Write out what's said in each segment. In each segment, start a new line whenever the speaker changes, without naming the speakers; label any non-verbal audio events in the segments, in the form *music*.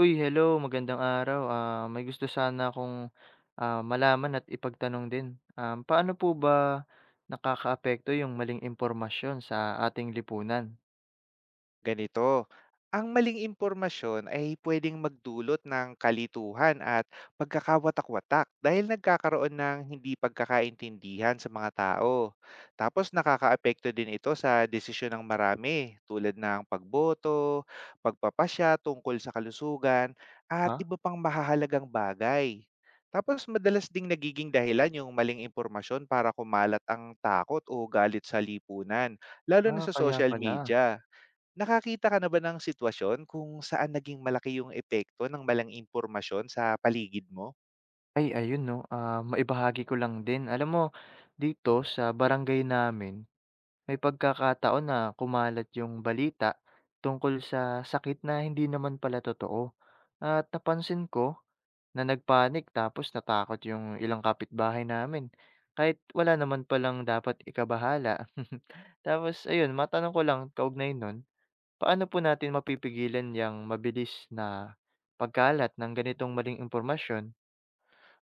Uy, hello, magandang araw. May gusto sana akong, malaman at ipagtanong din. Paano po ba nakakaapekto yung maling impormasyon sa ating lipunan?
Ganito, ang maling impormasyon ay pwedeng magdulot ng kalituhan at pagkakawatak-watak dahil nagkakaroon ng hindi pagkakaintindihan sa mga tao. Tapos nakakaapekto din ito sa desisyon ng marami, tulad ng pagboto, pagpapasya tungkol sa kalusugan at
Ha?
iba pang mahahalagang bagay. Tapos madalas ding nagiging dahilan yung maling impormasyon para kumalat ang takot o galit sa lipunan, lalo na
Ah,
sa
kaya
social
pala.
media. Nakakita ka na ba ng sitwasyon kung saan naging malaki yung epekto ng malang impormasyon sa paligid mo?
Ay, ayun 'no, maibahagi ko lang din. Alam mo, dito sa barangay namin, may pagkakataon na kumalat yung balita tungkol sa sakit na hindi naman pala totoo. At napansin ko Na nag tapos natakot yung ilang kapitbahay namin, kahit wala naman palang dapat ikabahala. *laughs* Tapos ayun, matanong ko lang kaugnay nun, paano po natin mapipigilan yung mabilis na pagkalat ng ganitong maling impormasyon?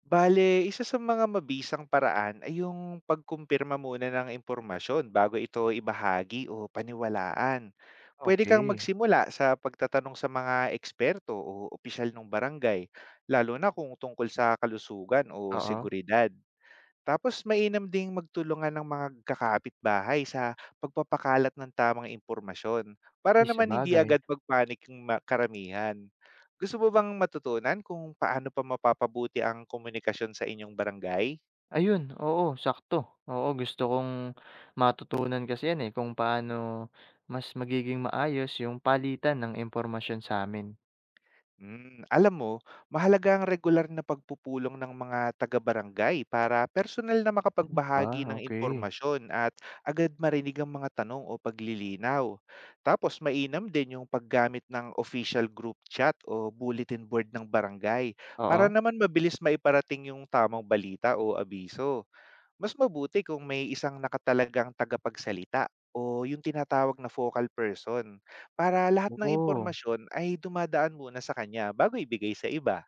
Bale, isa sa mga mabisang paraan ay yung pagkumpirma muna ng impormasyon bago ito ibahagi o paniwalaan. Pwede kang
Okay.
magsimula sa pagtatanong sa mga eksperto o opisyal ng barangay, lalo na kung tungkol sa kalusugan o
Oo.
seguridad. Tapos mainam ding magtulungan ng mga kakapitbahay sa pagpapakalat ng tamang impormasyon para
Ay,
naman hindi
sabagay.
agad magpanik yung karamihan. Gusto mo bang matutunan kung paano pa mapapabuti ang komunikasyon sa inyong barangay?
Ayun, oo, sakto. Oo, gusto kong matutunan kasi yan, eh, kung paano mas magiging maayos yung palitan ng impormasyon sa'min.
Hmm, alam mo, mahalaga ang regular na pagpupulong ng mga taga-barangay para personal na
Ganun ba?
makapagbahagi ng
Okay.
impormasyon at agad marinig ang mga tanong o paglilinaw. Tapos mainam din yung paggamit ng official group chat o bulletin board ng barangay para
Oo.
naman mabilis maiparating yung tamang balita o abiso. Mas mabuti kung may isang nakatalagang tagapagsalita o yung tinatawag na focal person, para lahat ng
Oo,
impormasyon ay dumadaan muna sa kanya bago ibigay sa iba.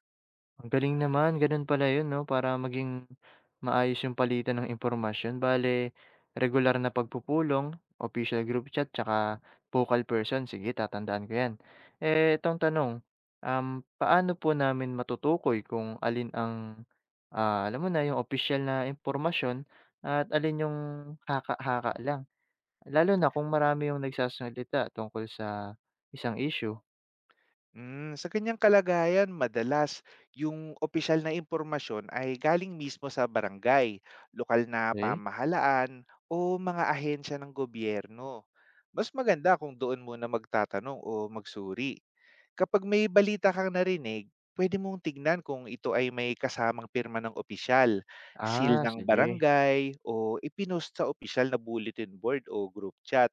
ang galing naman. Gano'n pala 'yun 'no, para maging maayos yung palitan ng impormasyon. Bale regular na pagpupulong, official group chat, tsaka vocal person. Sige, tatandaan ko 'yan. Eh, itong tanong, um, paano po namin matutukoy kung alin ang, alam mo na, yung official na impormasyon at alin yung haka-haka lang? Lalo na kung marami yung nagsasalita tungkol sa isang issue.
Hmm, sa ganyang kalagayan, madalas yung opisyal na impormasyon ay galing mismo sa barangay, lokal na
Eh,
pamahalaan o mga ahensya ng gobyerno. Mas maganda kung doon muna magtatanong o magsuri. Kapag may balita kang narinig, pwede mong tignan kung ito ay may kasamang pirma ng opisyal, seal
ah,
ng
sige.
barangay o ipinost sa opisyal na bulletin board o group chat.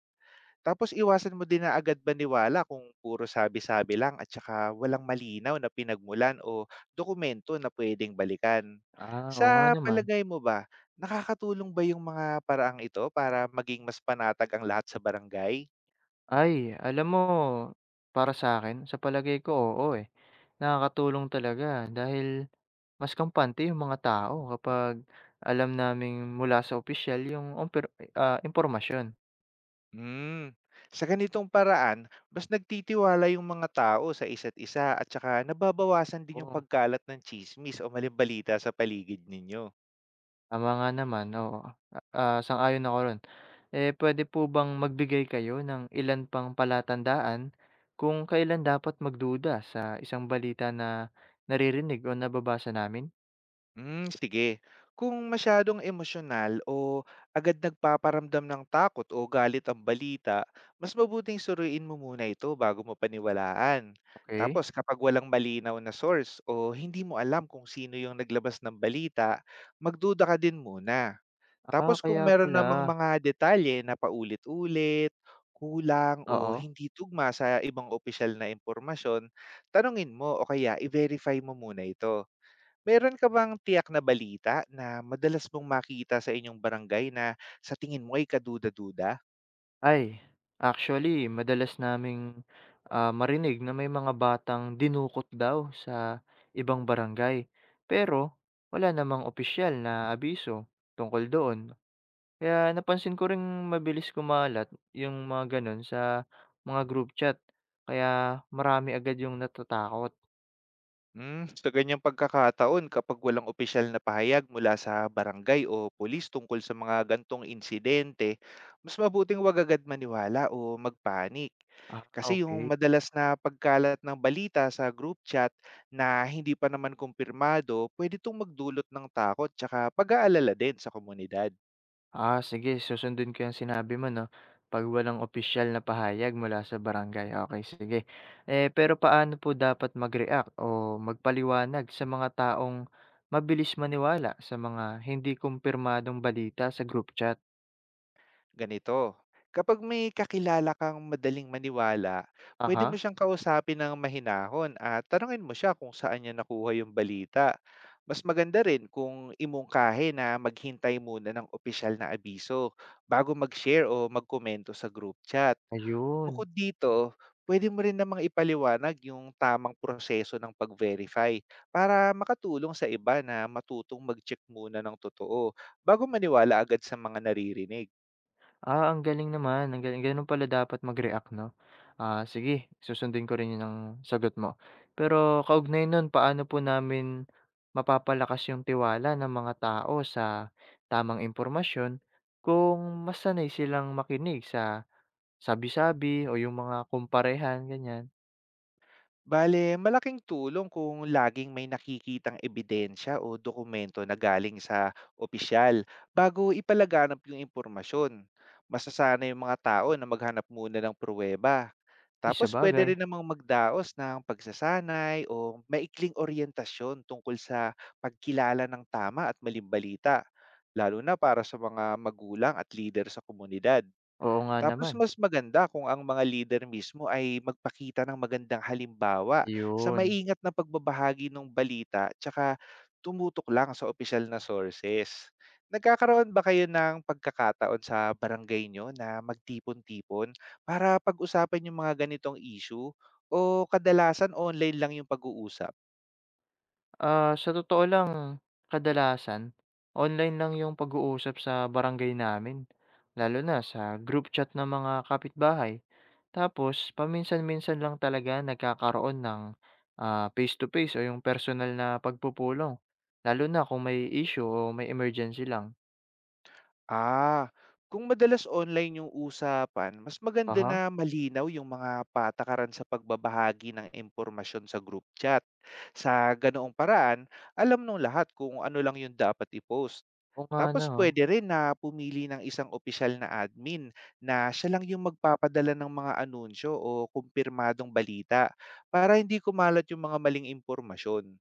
Tapos iwasan mo din na agad maniwala kung puro sabi-sabi lang at saka walang malinaw na pinagmulan o dokumento na pwedeng balikan.
Ah, oo nga
Sa
naman.
palagay mo ba, nakakatulong ba yung mga paraang ito para maging mas panatag ang lahat sa barangay?
Ay, alam mo, para sa akin sa palagay ko, oo, eh. Nakakatulong talaga dahil mas kampante yung mga tao kapag alam naming mula sa opisyal yung omper impormasyon.
Hmm. Sa ganitong paraan, mas nagtitiwala yung mga tao sa isa't isa at saka nababawasan din yung
Oo,
pagkalat ng chismis o maling sa paligid ninyo.
tama nga naman, oo. Ah, sang-ayon ako ro'n. Eh, pwede po bang magbigay kayo ng ilan pang palatandaan kung kailan dapat magduda sa isang balita na naririnig o nababasa namin?
Hmm, sige. Kung masyadong emosyonal o agad nagpaparamdam ng takot o galit ang balita, mas mabuting suruin mo muna ito bago mo paniwalaan.
Okay.
Tapos kapag walang malinaw na source o hindi mo alam kung sino yung naglabas ng balita, magduda ka din muna.
Ah,
Tapos kung
kaya
meron
pala.
namang mga detalye na paulit-ulit, kulang o
Oo.
hindi tugma sa ibang opisyal na impormasyon, tanungin mo o kaya i-verify mo muna ito. Meron ka bang tiyak na balita na madalas mong makita sa inyong barangay na sa tingin mo ay kaduda-duda?
Ay, actually madalas naming, marinig na may mga batang dinukot daw sa ibang barangay. Pero wala namang opisyal na abiso tungkol doon. Kaya napansin ko ring mabilis kumalat yung mga gano'n sa mga group chat. Kaya marami agad yung natatakot.
Hmm, sa ganyang pagkakataon, kapag walang opisyal na pahayag mula sa barangay o pulis tungkol sa mga gantong insidente, mas mabuting wag agad maniwala o magpanik.
Ah,
Kasi yung
okey.
madalas na pagkalat ng balita sa group chat na hindi pa naman kumpirmado, pwede itong magdulot ng takot tsaka pag-aalala din sa komunidad.
Ah, sige susundin ko yung sinabi mo 'no, 'pag walang opisyal na pahayag mula sa barangay, okay sige. Eh, pero paano po dapat mag-react o magpaliwanag sa mga taong mabilis maniwala sa mga hindi kumpirmadong balita sa group chat?
Ganito, kapag may kakilala kang madaling maniwala, pwede mo
Aha,
siyang kausapin ng mahinahon at tanungin mo siya kung saan niya nakuha yung balita. Mas maganda rin kung imungkahe na maghintay muna ng opisyal na abiso bago mag-share o magkomento sa group chat.
ayun.
Bukod dito, pwede mo rin namang ipaliwanag yung tamang proseso ng pag-verify para makatulong sa iba na matutong mag-check muna ng totoo bago maniwala agad sa mga naririnig.
Ah, ang galing naman, ang galing. Gano'n pala dapat mag-react 'no? Ah, sige susundin ko rin 'yun ang sagot mo. Pero kaugnay nun, paano po namin mapapalakas yung tiwala ng mga tao sa tamang impormasyon kung mas sanay silang makinig sa sabi-sabi o yung mga kumparehan, ganiyan?
Bale, malaking tulong kung laging may nakikitang ebidensya o dokumento na galing sa opisyal bago ipalaganap yung impormasyon. Masasanay yung mga tao na maghanap muna ng pruweba.
Ay
Tapos pwede
sabagay,
rin namang magdaos ng pagsasanay o maikling oryentasyon tungkol sa pagkilala ng tama at malimbalita, lalo na para sa mga magulang at leader sa komunidad.
oo nga
Tapos
naman,
mas maganda kung ang mga leader mismo ay magpakita ng magandang halimbawa sa
yun.
maingat na pagbabahagi ng balita tsaka tumutok lang sa opisyal na sources. Nagkakaroon ba kayo ng pagkakataon sa barangay nyo na magtipon-tipon para pag-usapan yung mga ganitong issue, o kadalasan online lang yung pag-uusap?
Ah, sa totoo lang kadalasan online lang yung pag-uusap sa barangay namin, lalo na sa group chat ng mga kapitbahay. Tapos paminsan-minsan lang talaga nagkakaroon ng, face to face o yung personal na pagpupulong, lalo na kung may issue o may emergency lang.
Ah, kung madalas online yung usapan, mas maganda
Aha,
na malinaw yung mga patakaran sa pagbabahagi ng impormasyon sa group chat. Sa ganoong paraan, alam nung lahat kung ano lang yung dapat i-post.
oo nga
Tapos
'no,
pwede rin na pumili ng isang opisyal na admin na siya lang yung magpapadala ng mga anunsyo o kumpirmadong balita para hindi kumalat yung mga maling impormasyon.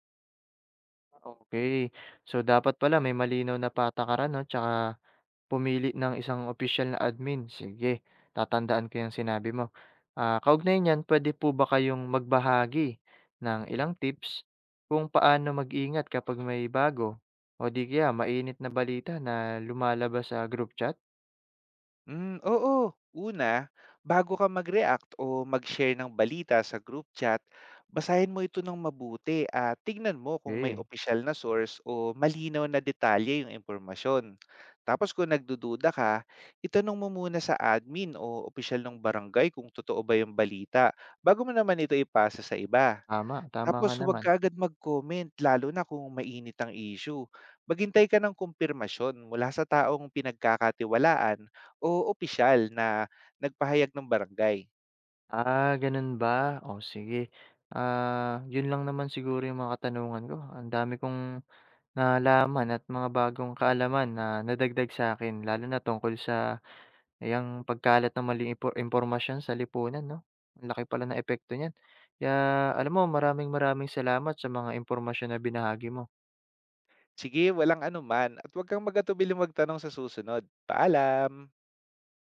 okay. So dapat pala may malinaw na patakaran 'no, tsaka pumili ng isang opisyal na admin, sige tatandaan ko yung sinabi mo. Ah, kaugnay niyan pwede po ba kayong magbahagi ng ilang tips kung paano mag-ingat kapag may bago o di kaya mainit na balita na lumalabas sa group chat?
Hmm, oo. Una, bago ka mag-react o mag-share ng balita sa group chat, basahin mo ito ng mabuti at tignan mo kung may
Okey,
opisyal na source o malinaw na detalye yung impormasyon. Tapos kung nagdududa ka, itanong mo muna sa admin o opisyal ng barangay kung totoo ba yung balita bago mo naman ito ipasa sa iba.
tama, tama
Tapos
nga
huwag
naman.
kaagad mag-comment lalo na kung mainit ang issue. Maghintay ka ng kumpirmasyon mula sa taong pinagkakatiwalaan o opisyal na nagpahayag ng barangay.
Ah, gano'n ba? O sige. Ah, 'yun lang naman siguro yung mga katanungan ko. Ang dami kong nalaman at mga bagong kaalaman na nadagdag sa akin, lalo na tungkol sa yang pagkalat ng maling impormasyon sa lipunan 'no? Ang laki pala ng epekto niyan. Kaya alam mo maraming maraming salamat sa mga impormasyon na binahagi mo.
Sige, walang anuman at huwag kang magatubiling magtanong sa susunod. Paalam!